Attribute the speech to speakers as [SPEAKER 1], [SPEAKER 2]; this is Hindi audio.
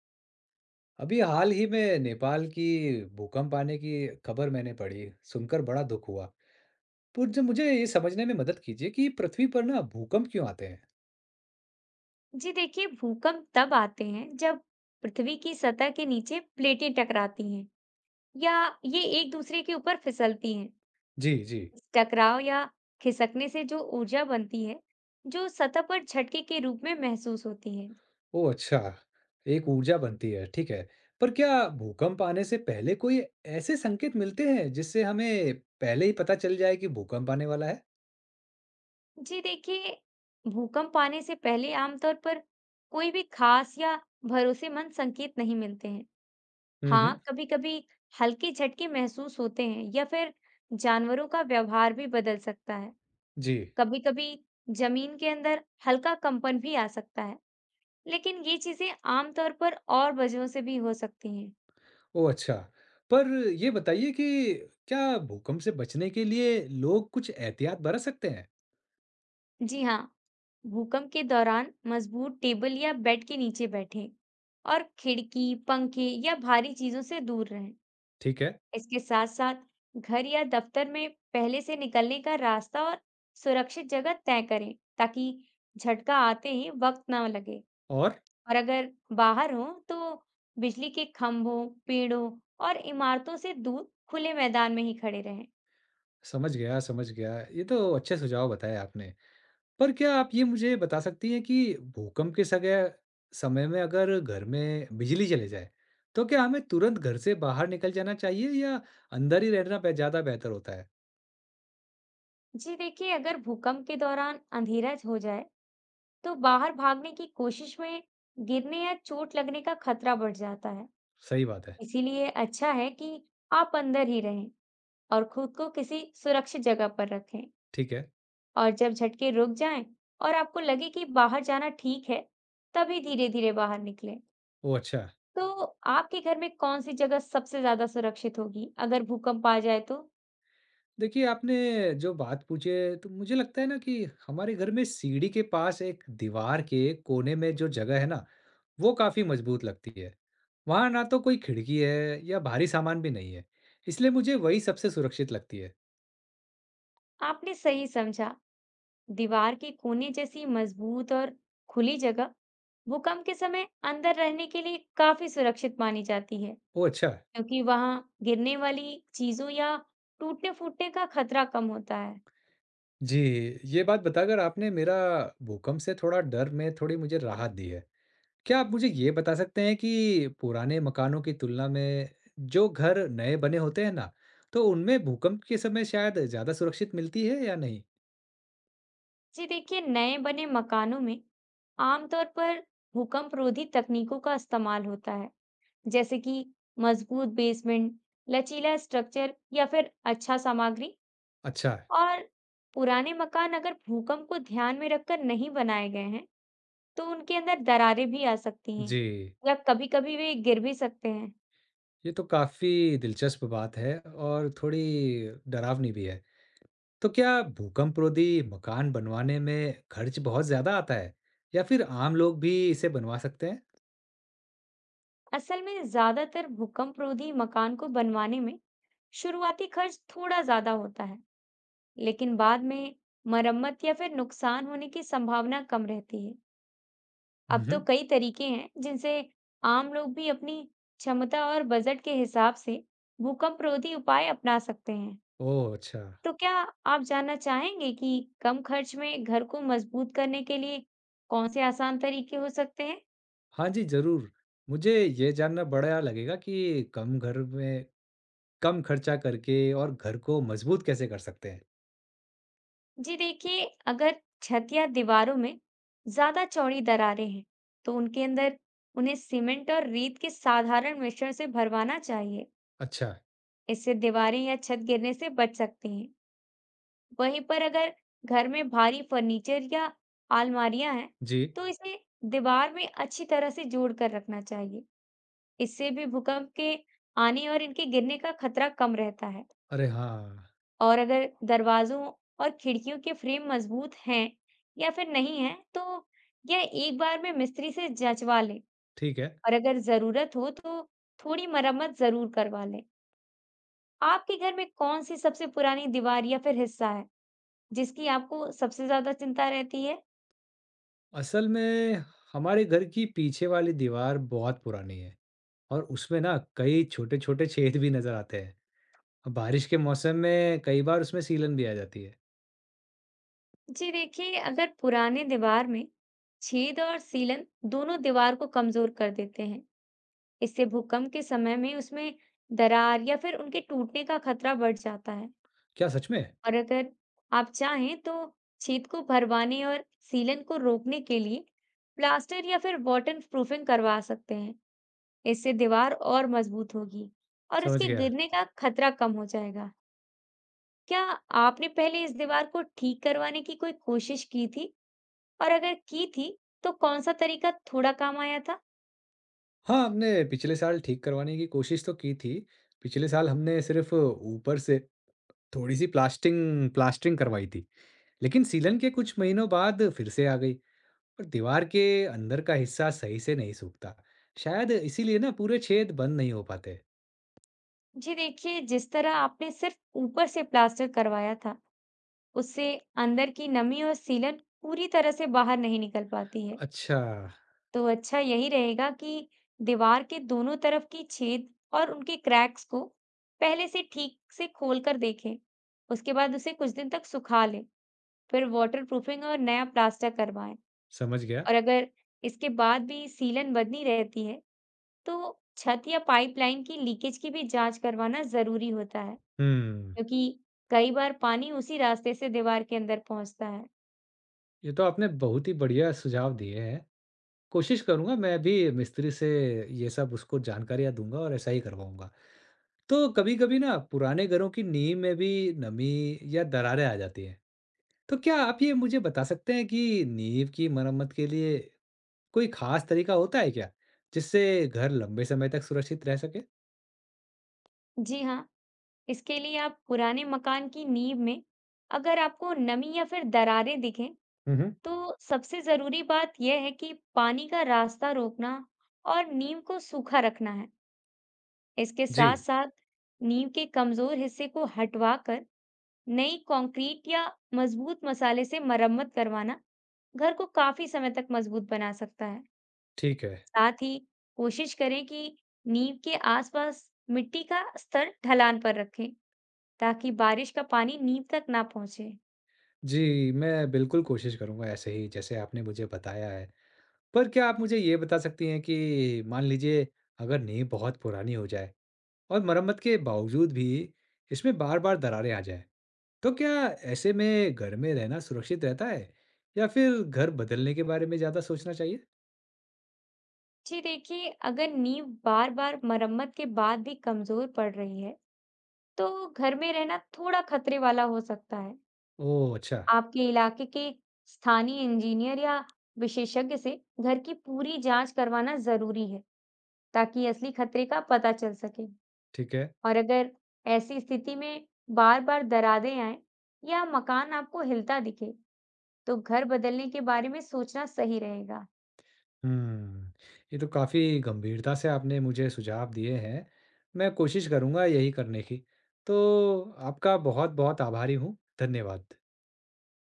[SPEAKER 1] अभी हाल ही में नेपाल की भूकंप आने की खबर मैंने पढ़ी, सुनकर बड़ा दुख हुआ। तो जब मुझे ये समझने में मदद कीजिए कि पृथ्वी पर ना भूकंप क्यों आते हैं?
[SPEAKER 2] जी देखिए, भूकंप तब आते हैं जब पृथ्वी की सतह के नीचे प्लेटें टकराती हैं या ये एक दूसरे के ऊपर फिसलती हैं।
[SPEAKER 1] जी, जी।
[SPEAKER 2] इस टकराव या खिसकने से जो ऊर्जा बनती है, जो सतह पर झटके के रूप में महसूस होती है।
[SPEAKER 1] ओह अच्छा, एक ऊर्जा बनती है, ठीक है। पर क्या भूकंप आने से पहले कोई ऐसे संकेत मिलते हैं जिससे हमें पहले ही पता चल जाए कि भूकंप आने वाला है?
[SPEAKER 2] जी देखिए, भूकंप आने से पहले आमतौर पर कोई भी खास या भरोसेमंद संकेत नहीं मिलते हैं।
[SPEAKER 1] हुँ, हुँ।
[SPEAKER 2] हाँ, कभी-कभी हल्के झटके महसूस होते हैं या फिर जानवरों का व्यवहार भी बदल सकता है।
[SPEAKER 1] जी।
[SPEAKER 2] कभी-कभी जमीन के अंदर हल्का कंपन भी आ सकता है, लेकिन ये चीजें आमतौर पर और वजहों से भी हो सकती हैं।
[SPEAKER 1] ओह अच्छा। पर ये बताइए कि क्या भूकंप से बचने के लिए लोग कुछ एहतियात बरत सकते हैं?
[SPEAKER 2] जी हाँ, भूकंप के दौरान मजबूत टेबल या बेड के नीचे बैठें और खिड़की, पंखे या भारी चीजों से दूर रहें।
[SPEAKER 1] ठीक है,
[SPEAKER 2] इसके साथ-साथ घर या दफ्तर में पहले से निकलने का रास्ता और सुरक्षित जगह तय करें ताकि झटका आते ही वक्त ना लगे।
[SPEAKER 1] और?
[SPEAKER 2] और अगर बाहर हो तो बिजली के खंभों, पेड़ों और इमारतों से दूर खुले मैदान में ही खड़े रहें।
[SPEAKER 1] समझ गया, समझ गया। ये तो अच्छे सुझाव बताए आपने। पर क्या आप ये मुझे बता सकती हैं कि भूकंप के सगय समय में अगर घर में बिजली चले जाए, तो क्या हमें तुरंत घर से बाहर निकल जाना चाहिए या अंदर ही रहना बे ज़्यादा बेहतर होता है?
[SPEAKER 2] जी देखिए, अगर भूकंप के दौरान अंधेरा हो जाए तो बाहर भागने की कोशिश में गिरने या चोट लगने का खतरा बढ़ जाता है।
[SPEAKER 1] सही बात है।
[SPEAKER 2] इसीलिए अच्छा है कि आप अंदर ही रहें और खुद को किसी सुरक्षित जगह पर रखें।
[SPEAKER 1] ठीक है।
[SPEAKER 2] और जब झटके रुक जाएं और आपको लगे कि बाहर जाना ठीक है, तभी धीरे-धीरे बाहर निकलें।
[SPEAKER 1] ओह अच्छा!
[SPEAKER 2] तो आपके घर में कौन सी जगह सबसे ज्यादा सुरक्षित होगी अगर भूकंप आ जाए तो?
[SPEAKER 1] देखिए आपने जो बात पूछी है, तो मुझे लगता है ना कि हमारे घर में सीढ़ी के पास एक दीवार के कोने में जो जगह है ना वो काफी मजबूत लगती है। वहाँ ना तो कोई खिड़की है या भारी सामान भी नहीं है, इसलिए मुझे वही सबसे सुरक्षित लगती है।
[SPEAKER 2] आपने सही समझा। दीवार के कोने जैसी मजबूत और खुली जगह भूकंप के समय अंदर रहने के लिए काफी सुरक्षित मानी जाती है,
[SPEAKER 1] ओह अच्छा,
[SPEAKER 2] क्योंकि वहां गिरने वाली चीजों या टूटने-फूटने का खतरा कम होता है।
[SPEAKER 1] जी, ये बात बताकर आपने मेरा भूकंप से थोड़ा डर में थोड़ी मुझे राहत दी है। क्या आप मुझे ये बता सकते हैं कि पुराने मकानों की तुलना में जो घर नए बने होते हैं ना, तो उनमें भूकंप के समय शायद ज़्यादा सुरक्षित मिलती है या नहीं?
[SPEAKER 2] जी देखिए, नए बने मकानों में आमतौर पर भूकंप रोधी तकनीकों का इस्तेमाल होता है। जैसे कि मजबूत बेसमेंट, लचीला स्ट्रक्चर या फिर अच्छा सामग्री।
[SPEAKER 1] अच्छा,
[SPEAKER 2] और पुराने मकान अगर भूकंप को ध्यान में रखकर नहीं बनाए गए हैं, तो उनके अंदर दरारें भी आ सकती हैं
[SPEAKER 1] जी,
[SPEAKER 2] या कभी-कभी वे गिर भी सकते हैं।
[SPEAKER 1] ये तो काफी दिलचस्प बात है और थोड़ी डरावनी भी है। तो क्या भूकंपरोधी मकान बनवाने में खर्च बहुत ज्यादा आता है या फिर आम लोग भी इसे बनवा सकते हैं।
[SPEAKER 2] असल में ज्यादातर भूकंपरोधी मकान को बनवाने में शुरुआती खर्च थोड़ा ज्यादा होता है, लेकिन बाद में मरम्मत या फिर नुकसान होने की संभावना कम रहती है। अब तो
[SPEAKER 1] हम्म।
[SPEAKER 2] कई तरीके हैं जिनसे आम लोग भी अपनी क्षमता और बजट के हिसाब से भूकंप रोधी उपाय अपना सकते हैं।
[SPEAKER 1] ओह अच्छा।
[SPEAKER 2] तो क्या आप जानना चाहेंगे कि कम खर्च में घर को मजबूत करने के लिए कौन से आसान तरीके हो सकते हैं?
[SPEAKER 1] हाँ जी जरूर, मुझे ये जानना बड़ा लगेगा कि कम घर में कम खर्चा करके और घर को मजबूत कैसे कर सकते हैं।
[SPEAKER 2] जी देखिए, अगर छत या दीवारों में ज्यादा चौड़ी दरारें हैं, तो उनके अंदर उन्हें सीमेंट और रेत के साधारण मिश्रण से भरवाना चाहिए।
[SPEAKER 1] अच्छा।
[SPEAKER 2] इससे दीवारें या छत गिरने से बच सकती हैं। वहीं पर अगर घर में भारी फर्नीचर या अलमारियां हैं,
[SPEAKER 1] जी।
[SPEAKER 2] तो इसे दीवार में अच्छी तरह से जोड़ कर रखना चाहिए। इससे भी भूकंप के आने और इनके गिरने का खतरा कम रहता है।
[SPEAKER 1] अरे हाँ।
[SPEAKER 2] और अगर दरवाजों और खिड़कियों के फ्रेम मजबूत हैं या फिर नहीं हैं, तो यह एक बार में मिस्त्री से जंचवा लें।
[SPEAKER 1] ठीक है।
[SPEAKER 2] और अगर जरूरत हो तो थोड़ी मरम्मत जरूर करवा लें। आपके घर में कौन सी सबसे पुरानी दीवार या फिर हिस्सा है जिसकी आपको सबसे ज्यादा चिंता रहती है?
[SPEAKER 1] असल में हमारे घर की पीछे वाली दीवार बहुत पुरानी है और उसमें ना कई छोटे छोटे छेद भी नजर आते हैं। बारिश के मौसम में कई बार उसमें सीलन भी आ जाती है।
[SPEAKER 2] जी देखिए, अगर पुराने दीवार में छेद और सीलन दोनों दीवार को कमजोर कर देते हैं, इससे भूकंप के समय में उसमें दरार या फिर उनके टूटने का खतरा बढ़ जाता है।
[SPEAKER 1] क्या सच में?
[SPEAKER 2] और अगर आप चाहें तो छेद को भरवाने और सीलन को रोकने के लिए प्लास्टर या फिर वाटर प्रूफिंग करवा सकते हैं। इससे दीवार और मजबूत होगी और
[SPEAKER 1] समझ
[SPEAKER 2] उसके
[SPEAKER 1] गया।
[SPEAKER 2] गिरने का खतरा कम हो जाएगा। क्या आपने पहले इस दीवार को ठीक करवाने की कोई कोशिश की थी? और अगर की थी तो कौन सा तरीका थोड़ा काम आया था?
[SPEAKER 1] हाँ, हमने पिछले साल ठीक करवाने की कोशिश तो की थी। पिछले साल हमने सिर्फ ऊपर से थोड़ी-सी प्लास्टिंग प्लास्टरिंग करवाई थी, लेकिन सीलन के कुछ महीनों बाद फिर से आ गई और दीवार के अंदर का हिस्सा सही से नहीं सूखता। शायद इसीलिए ना पूरे छेद बंद नहीं हो पाते।
[SPEAKER 2] जी देखिए, जिस तरह आपने सिर्फ ऊपर से प्लास्टर करवाया था, उससे अंदर की नमी और सीलन पूरी तरह से बाहर नहीं निकल पाती है।
[SPEAKER 1] अच्छा,
[SPEAKER 2] तो अच्छा यही रहेगा कि दीवार के दोनों तरफ की छेद और उनके क्रैक्स को पहले से ठीक से खोल कर देखें। उसके बाद उसे कुछ दिन तक सुखा लें, फिर वाटरप्रूफिंग और नया प्लास्टर करवाएं।
[SPEAKER 1] समझ गया।
[SPEAKER 2] और अगर इसके बाद भी सीलन बनी रहती है, तो छत या पाइपलाइन की लीकेज की भी जांच करवाना जरूरी होता है,
[SPEAKER 1] हुँ,
[SPEAKER 2] क्योंकि कई बार पानी उसी रास्ते से दीवार के अंदर पहुंचता है।
[SPEAKER 1] ये तो आपने बहुत ही बढ़िया सुझाव दिए हैं। कोशिश करूँगा मैं भी मिस्त्री से ये सब उसको जानकारियाँ दूँगा और ऐसा ही करवाऊँगा। तो कभी-कभी ना पुराने घरों की नींव में भी नमी या दरारें आ जाती हैं। तो क्या आप ये मुझे बता सकते हैं कि नींव की मरम्मत के लिए कोई खास तरीका होता है क्या, जिससे घर लंबे समय तक सुरक्षित रह सके?
[SPEAKER 2] जी हाँ, इसके लिए आप पुराने मकान की नींव में अगर आपको नमी या फिर दरारें दिखें,
[SPEAKER 1] हुँ, हुँ।
[SPEAKER 2] तो सबसे जरूरी बात यह है कि पानी का रास्ता रोकना और नींव को सूखा रखना है। इसके साथ
[SPEAKER 1] जी,
[SPEAKER 2] साथ नींव के कमजोर हिस्से को हटवा कर नई कंक्रीट या मजबूत मसाले से मरम्मत करवाना घर को काफी समय तक मजबूत बना सकता है।
[SPEAKER 1] ठीक है।
[SPEAKER 2] साथ ही कोशिश करें कि नींव के आसपास मिट्टी का स्तर ढलान पर रखें ताकि बारिश का पानी नींव तक ना पहुंचे।
[SPEAKER 1] जी, मैं बिल्कुल कोशिश करूँगा ऐसे ही जैसे आपने मुझे बताया है। पर क्या आप मुझे ये बता सकती हैं कि मान लीजिए अगर नींव बहुत पुरानी हो जाए और मरम्मत के बावजूद भी इसमें बार-बार दरारें आ जाएँ? तो क्या ऐसे में घर में रहना सुरक्षित रहता है या फिर घर बदलने के बारे में ज्यादा सोचना चाहिए?
[SPEAKER 2] जी देखिए, अगर नींव बार बार मरम्मत के बाद भी कमजोर पड़ रही है तो घर में रहना थोड़ा खतरे वाला हो सकता है।
[SPEAKER 1] ओह अच्छा,
[SPEAKER 2] आपके इलाके के स्थानीय इंजीनियर या विशेषज्ञ से घर की पूरी जांच करवाना जरूरी है ताकि असली खतरे का पता चल सके।
[SPEAKER 1] ठीक है।
[SPEAKER 2] और अगर ऐसी स्थिति में बार-बार दरारें आएं या मकान आपको हिलता दिखे, तो घर बदलने के बारे में सोचना सही रहेगा।
[SPEAKER 1] हम्म, ये तो काफी गंभीरता से आपने मुझे सुझाव दिए हैं। मैं कोशिश करूंगा यही करने की। तो आपका बहुत-बहुत आभारी हूँ। धन्यवाद।